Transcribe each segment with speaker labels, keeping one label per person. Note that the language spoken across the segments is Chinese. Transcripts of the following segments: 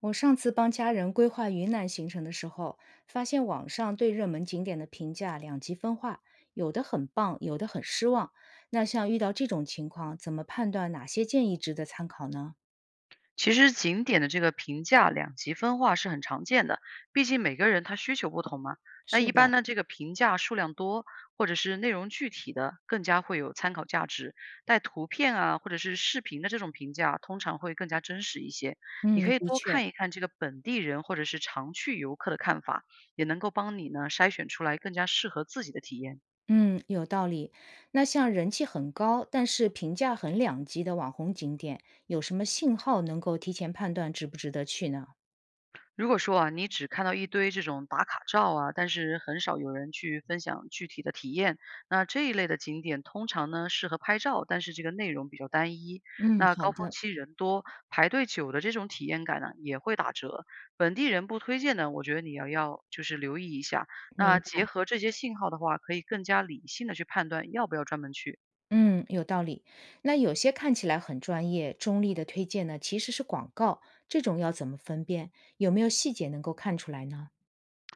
Speaker 1: 我上次帮家人规划云南行程的时候，发现网上对热门景点的评价两极分化，有的很棒，有的很失望。那像遇到这种情况，怎么判断哪些建议值得参考呢？
Speaker 2: 其实景点的这个评价两极分化是很常见的，毕竟每个人他需求不同嘛。那
Speaker 1: 是
Speaker 2: 一般
Speaker 1: 的。
Speaker 2: 呢，这个评价数量多或者是内容具体的，更加会有参考价值。带图片啊或者是视频的这种评价，通常会更加真实一些。你
Speaker 1: 嗯，
Speaker 2: 可以
Speaker 1: 的
Speaker 2: 多
Speaker 1: 确。
Speaker 2: 看一看这个本地人或者是常去游客的看法，也能够帮你呢筛选出来更加适合自己的体验。
Speaker 1: 嗯，有道理。那像人气很高，但是评价很两极的网红景点，有什么信号能够提前判断值不值得去呢？
Speaker 2: 如果说啊，你只看到一堆这种打卡照啊，但是很少有人去分享具体的体验，那这一类的景点通常呢适合拍照，但是这个内容比较单一。
Speaker 1: 嗯，
Speaker 2: 那
Speaker 1: 好
Speaker 2: 高峰
Speaker 1: 的。
Speaker 2: 期人多，排队久的这种体验感呢也会打折。本地人不推荐呢，我觉得你要就是留意一下。
Speaker 1: 明
Speaker 2: 那结
Speaker 1: 白。
Speaker 2: 合这些信号的话，可以更加理性的去判断要不要专门去。
Speaker 1: 嗯，有道理。那有些看起来很专业、中立的推荐呢，其实是广告，这种要怎么分辨？有没有细节能够看出来呢？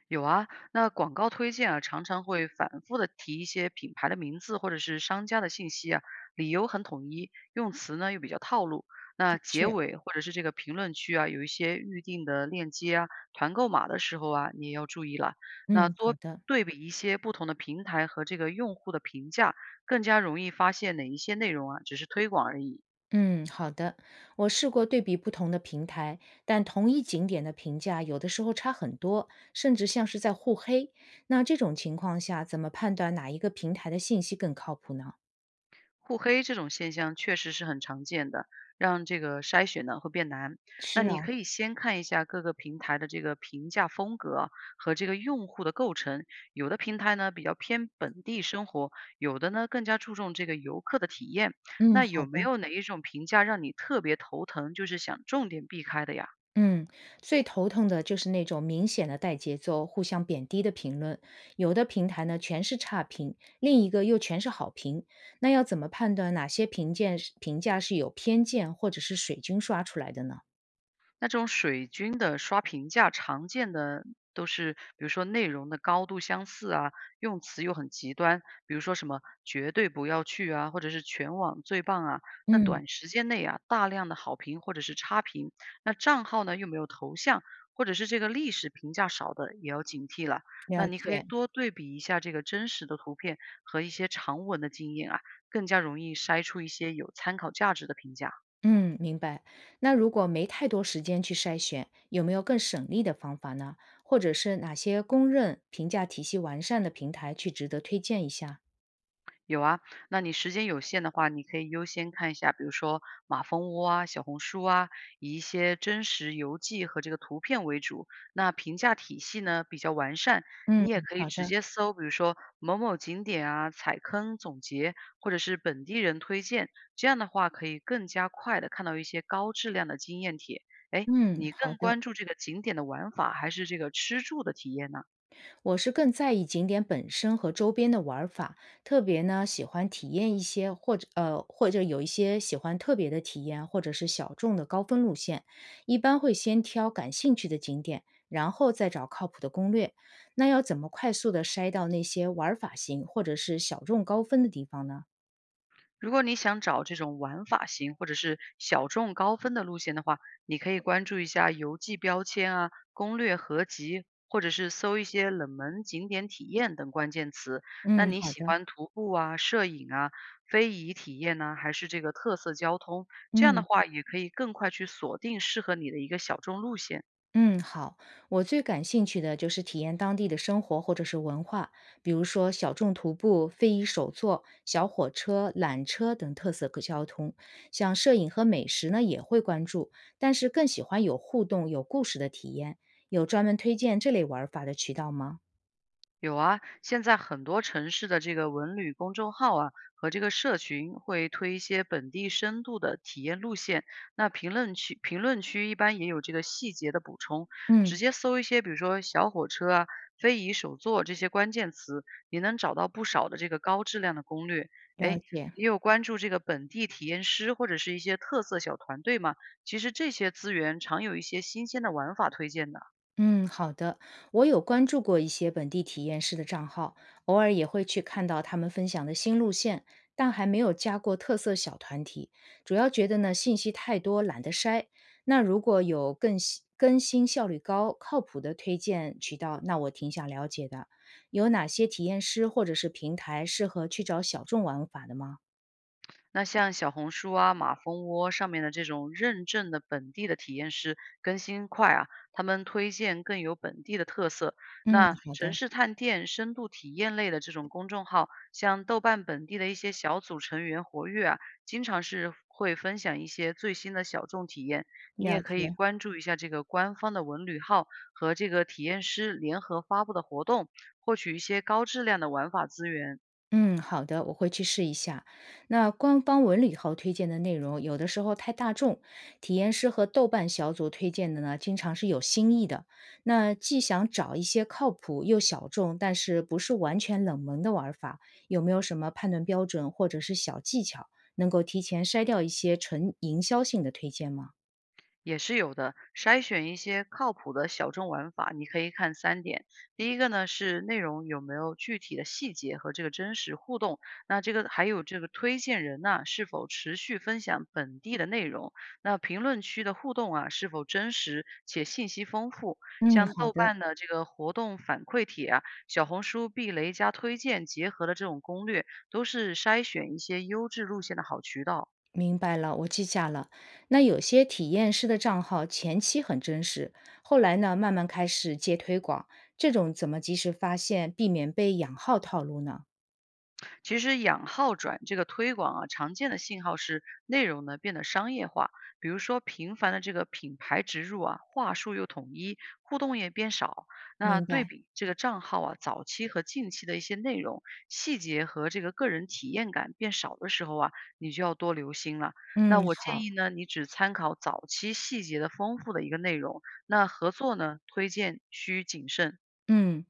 Speaker 2: 有啊，那广告推荐啊，常常会反复的提一些品牌的名字或者是商家的信息啊，理由很统一，用词呢又比较套路。那结
Speaker 1: 确。
Speaker 2: 尾或者是这个评论区啊，有一些预定的链接啊、团购码的时候啊，你也要注意了。那
Speaker 1: 嗯，好
Speaker 2: 多
Speaker 1: 的。
Speaker 2: 对比一些不同的平台和这个用户的评价，更加容易发现哪一些内容啊只是推广而已。
Speaker 1: 嗯，好的。我试过对比不同的平台，但同一景点的评价有的时候差很多，甚至像是在互黑。那这种情况下，怎么判断哪一个平台的信息更靠谱呢？
Speaker 2: 互黑这种现象确实是很常见的，让这个筛选呢会变难。那
Speaker 1: 是
Speaker 2: 你
Speaker 1: 啊。
Speaker 2: 可以先看一下各个平台的这个评价风格和这个用户的构成，有的平台呢比较偏本地生活，有的呢更加注重这个游客的体验。
Speaker 1: 嗯，
Speaker 2: 那
Speaker 1: 好
Speaker 2: 有没
Speaker 1: 的。
Speaker 2: 有哪一种评价让你特别头疼，就是想重点避开的呀？
Speaker 1: 嗯，最头疼的就是那种明显的带节奏、互相贬低的评论，有的平台呢全是差评，另一个又全是好评。那要怎么判断哪些评价是有偏见或者是水军刷出来的呢？
Speaker 2: 那这种水军的刷评价，常见的都是比如说内容的高度相似啊，用词又很极端，比如说什么“绝对不要去”啊，或者是“全网最棒”啊。那
Speaker 1: 嗯，
Speaker 2: 短时间内啊，大量的好评或者是差评，那账号呢又没有头像，或者是这个历史评价少的，也要警惕了。那
Speaker 1: 了
Speaker 2: 你可以
Speaker 1: 解。
Speaker 2: 多对比一下这个真实的图片和一些长文的经验啊，更加容易筛出一些有参考价值的评价。
Speaker 1: 嗯，明白。那如果没太多时间去筛选，有没有更省力的方法呢？或者是哪些公认评价体系完善的平台去值得推荐一下？
Speaker 2: 有啊，那你时间有限的话，你可以优先看一下，比如说马蜂窝啊、小红书啊，以一些真实游记和这个图片为主。那评价体系呢比较完善，
Speaker 1: 嗯，
Speaker 2: 你也可以
Speaker 1: 好
Speaker 2: 直
Speaker 1: 的。
Speaker 2: 接搜，比如说某某景点啊、踩坑总结，或者是本地人推荐，这样的话可以更加快的看到一些高质量的经验帖。哎，
Speaker 1: 嗯，
Speaker 2: 你
Speaker 1: 好
Speaker 2: 更
Speaker 1: 的。
Speaker 2: 关注这个景点的玩法，还是这个吃住的体验呢？
Speaker 1: 我是更在意景点本身和周边的玩儿法，特别呢喜欢体验一些或者呃或者有一些喜欢特别的体验，或者是小众的高分路线。一般会先挑感兴趣的景点，然后再找靠谱的攻略。那要怎么快速的筛到那些玩儿法型或者是小众高分的地方呢？
Speaker 2: 如果你想找这种玩法型或者是小众高分的路线的话，你可以关注一下游记标签啊、攻略合集，或者是搜一些冷门景点体验等关键词。那
Speaker 1: 嗯，
Speaker 2: 你
Speaker 1: 好
Speaker 2: 喜
Speaker 1: 的。
Speaker 2: 欢徒步啊、摄影啊、非遗体验呢、还是这个特色交通？这样的
Speaker 1: 嗯。
Speaker 2: 话，也可以更快去锁定适合你的一个小众路线。
Speaker 1: 嗯，好，我最感兴趣的就是体验当地的生活或者是文化，比如说小众徒步、非遗手作、小火车、缆车等特色可交通。像摄影和美食呢，也会关注，但是更喜欢有互动、有故事的体验。有专门推荐这类玩法的渠道吗？
Speaker 2: 有啊，现在很多城市的这个文旅公众号啊，和这个社群会推一些本地深度的体验路线。那评论区一般也有这个细节的补充，直
Speaker 1: 嗯，
Speaker 2: 接搜一些比如说小火车啊、非遗手作这些关键词，也能找到不少的这个高质量的攻略。
Speaker 1: 了
Speaker 2: 哎，
Speaker 1: 解。
Speaker 2: 也有关注这个本地体验师或者是一些特色小团队嘛，其实这些资源常有一些新鲜的玩法推荐的。
Speaker 1: 嗯，好的。我有关注过一些本地体验师的账号，偶尔也会去看到他们分享的新路线，但还没有加过特色小团体。主要觉得呢，信息太多，懒得筛。那如果有更新效率高、靠谱的推荐渠道，那我挺想了解的。有哪些体验师或者是平台适合去找小众玩法的吗？
Speaker 2: 那像小红书啊、马蜂窝上面的这种认证的本地的体验师更新快啊，他们推荐更有本地的特色。
Speaker 1: 嗯，
Speaker 2: 那
Speaker 1: 好的。
Speaker 2: 城市探店、深度体验类的这种公众号，像豆瓣本地的一些小组成员活跃啊，经常是会分享一些最新的小众体验。你
Speaker 1: 了
Speaker 2: 也可以
Speaker 1: 解。
Speaker 2: 关注一下这个官方的文旅号和这个体验师联合发布的活动，获取一些高质量的玩法资源。
Speaker 1: 嗯，好的，我会去试一下。那官方文旅号推荐的内容，有的时候太大众，体验师和豆瓣小组推荐的呢，经常是有新意的。那既想找一些靠谱又小众，但是不是完全冷门的玩法，有没有什么判断标准或者是小技巧，能够提前筛掉一些纯营销性的推荐吗？
Speaker 2: 也是有的，筛选一些靠谱的小众玩法，你可以看三点。第一个呢是内容有没有具体的细节和这个真实互动，那这个还有这个推荐人呐是否持续分享本地的内容，那评论区的互动啊是否真实且信息丰富，
Speaker 1: 嗯，
Speaker 2: 像
Speaker 1: 好
Speaker 2: 豆
Speaker 1: 的。
Speaker 2: 瓣的这个活动反馈帖啊，小红书避雷加推荐结合的这种攻略，都是筛选一些优质路线的好渠道。
Speaker 1: 明白了，我记下了。那有些体验师的账号前期很真实，后来呢，慢慢开始接推广，这种怎么及时发现，避免被养号套路呢？
Speaker 2: 其实养号转这个推广啊，常见的信号是内容呢变得商业化，比如说频繁的这个品牌植入啊，话术又统一，互动也变少。那
Speaker 1: 明
Speaker 2: 对
Speaker 1: 白。
Speaker 2: 比这个账号啊，早期和近期的一些内容细节和这个个人体验感变少的时候啊，你就要多留心了。那
Speaker 1: 嗯，
Speaker 2: 我建
Speaker 1: 好。
Speaker 2: 议呢，你只参考早期细节的丰富的一个内容，那合作呢，推荐需谨慎。
Speaker 1: 嗯，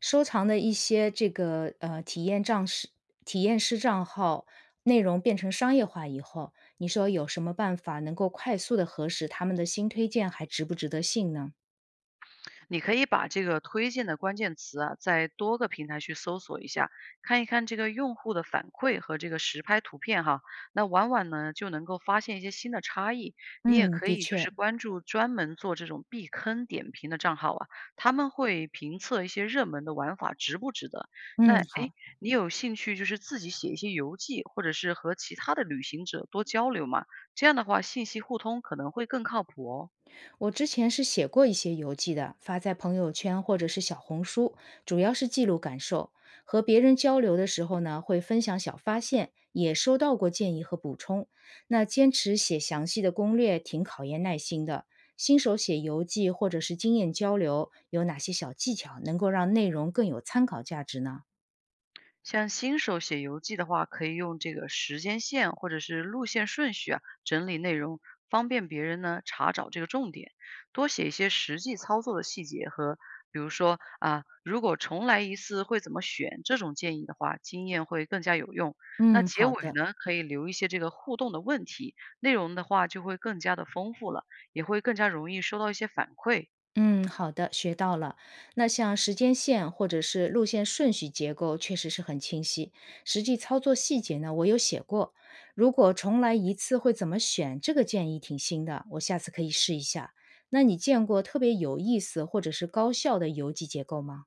Speaker 1: 收藏的一些这个体验账师、体验师账号内容变成商业化以后，你说有什么办法能够快速的核实他们的新推荐还值不值得信呢？
Speaker 2: 你可以把这个推荐的关键词啊，在多个平台去搜索一下，看一看这个用户的反馈和这个实拍图片哈。那往往呢就能够发现一些新的差异。你也
Speaker 1: 嗯，
Speaker 2: 可
Speaker 1: 的
Speaker 2: 以就
Speaker 1: 确。
Speaker 2: 是关注专门做这种避坑点评的账号啊，他们会评测一些热门的玩法值不值得。那
Speaker 1: 嗯，
Speaker 2: 诶，
Speaker 1: 好。
Speaker 2: 你有兴趣就是自己写一些游记，或者是和其他的旅行者多交流嘛？这样的话，信息互通可能会更靠谱哦。
Speaker 1: 我之前是写过一些游记的，发在朋友圈或者是小红书，主要是记录感受。和别人交流的时候呢，会分享小发现，也收到过建议和补充。那坚持写详细的攻略，挺考验耐心的。新手写游记或者是经验交流，有哪些小技巧能够让内容更有参考价值呢？
Speaker 2: 像新手写游记的话，可以用这个时间线或者是路线顺序啊，整理内容，方便别人呢查找这个重点。多写一些实际操作的细节和，比如说啊，如果重来一次会怎么选这种建议的话，经验会更加有用。那
Speaker 1: 嗯，
Speaker 2: 结
Speaker 1: 好
Speaker 2: 尾
Speaker 1: 的。
Speaker 2: 呢，可以留一些这个互动的问题，内容的话就会更加的丰富了，也会更加容易收到一些反馈。
Speaker 1: 嗯，好的，学到了。那像时间线或者是路线顺序结构，确实是很清晰。实际操作细节呢，我有写过。如果重来一次会怎么选？这个建议挺新的，我下次可以试一下。那你见过特别有意思或者是高效的邮寄结构吗？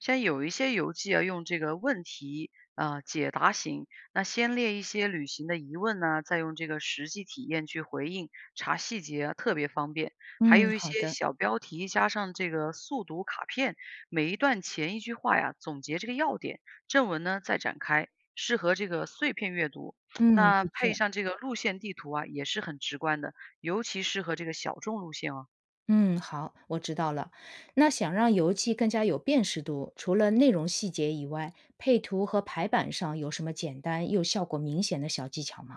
Speaker 2: 像有一些游记啊，用这个问题啊、解答型，那先列一些旅行的疑问呢、再用这个实际体验去回应，查细节啊，特别方便。还
Speaker 1: 嗯，
Speaker 2: 有一
Speaker 1: 好
Speaker 2: 些
Speaker 1: 的。
Speaker 2: 小标题加上这个速读卡片，每一段前一句话呀，总结这个要点，正文呢再展开，适合这个碎片阅读。
Speaker 1: 嗯，
Speaker 2: 那
Speaker 1: 的
Speaker 2: 配
Speaker 1: 确。
Speaker 2: 上这个路线地图啊，也是很直观的，尤其适合这个小众路线哦。
Speaker 1: 嗯，好，我知道了。那想让邮寄更加有辨识度，除了内容细节以外，配图和排版上有什么简单又效果明显的小技巧吗？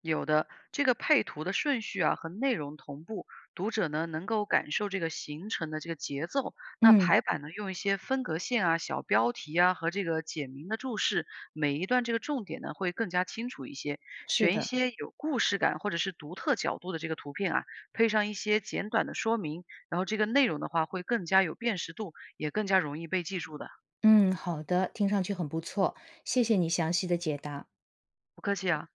Speaker 2: 有的，这个配图的顺序啊和内容同步，读者呢能够感受这个行程的这个节奏。那
Speaker 1: 嗯，
Speaker 2: 排版呢，用一些分隔线啊、小标题啊和这个简明的注释，每一段这个重点呢会更加清楚一些。
Speaker 1: 是
Speaker 2: 选一
Speaker 1: 的。
Speaker 2: 些有故事感或者是独特角度的这个图片啊，配上一些简短的说明，然后这个内容的话会更加有辨识度，也更加容易被记住的。
Speaker 1: 嗯，好的，听上去很不错，谢谢你详细的解答。
Speaker 2: 不客气啊。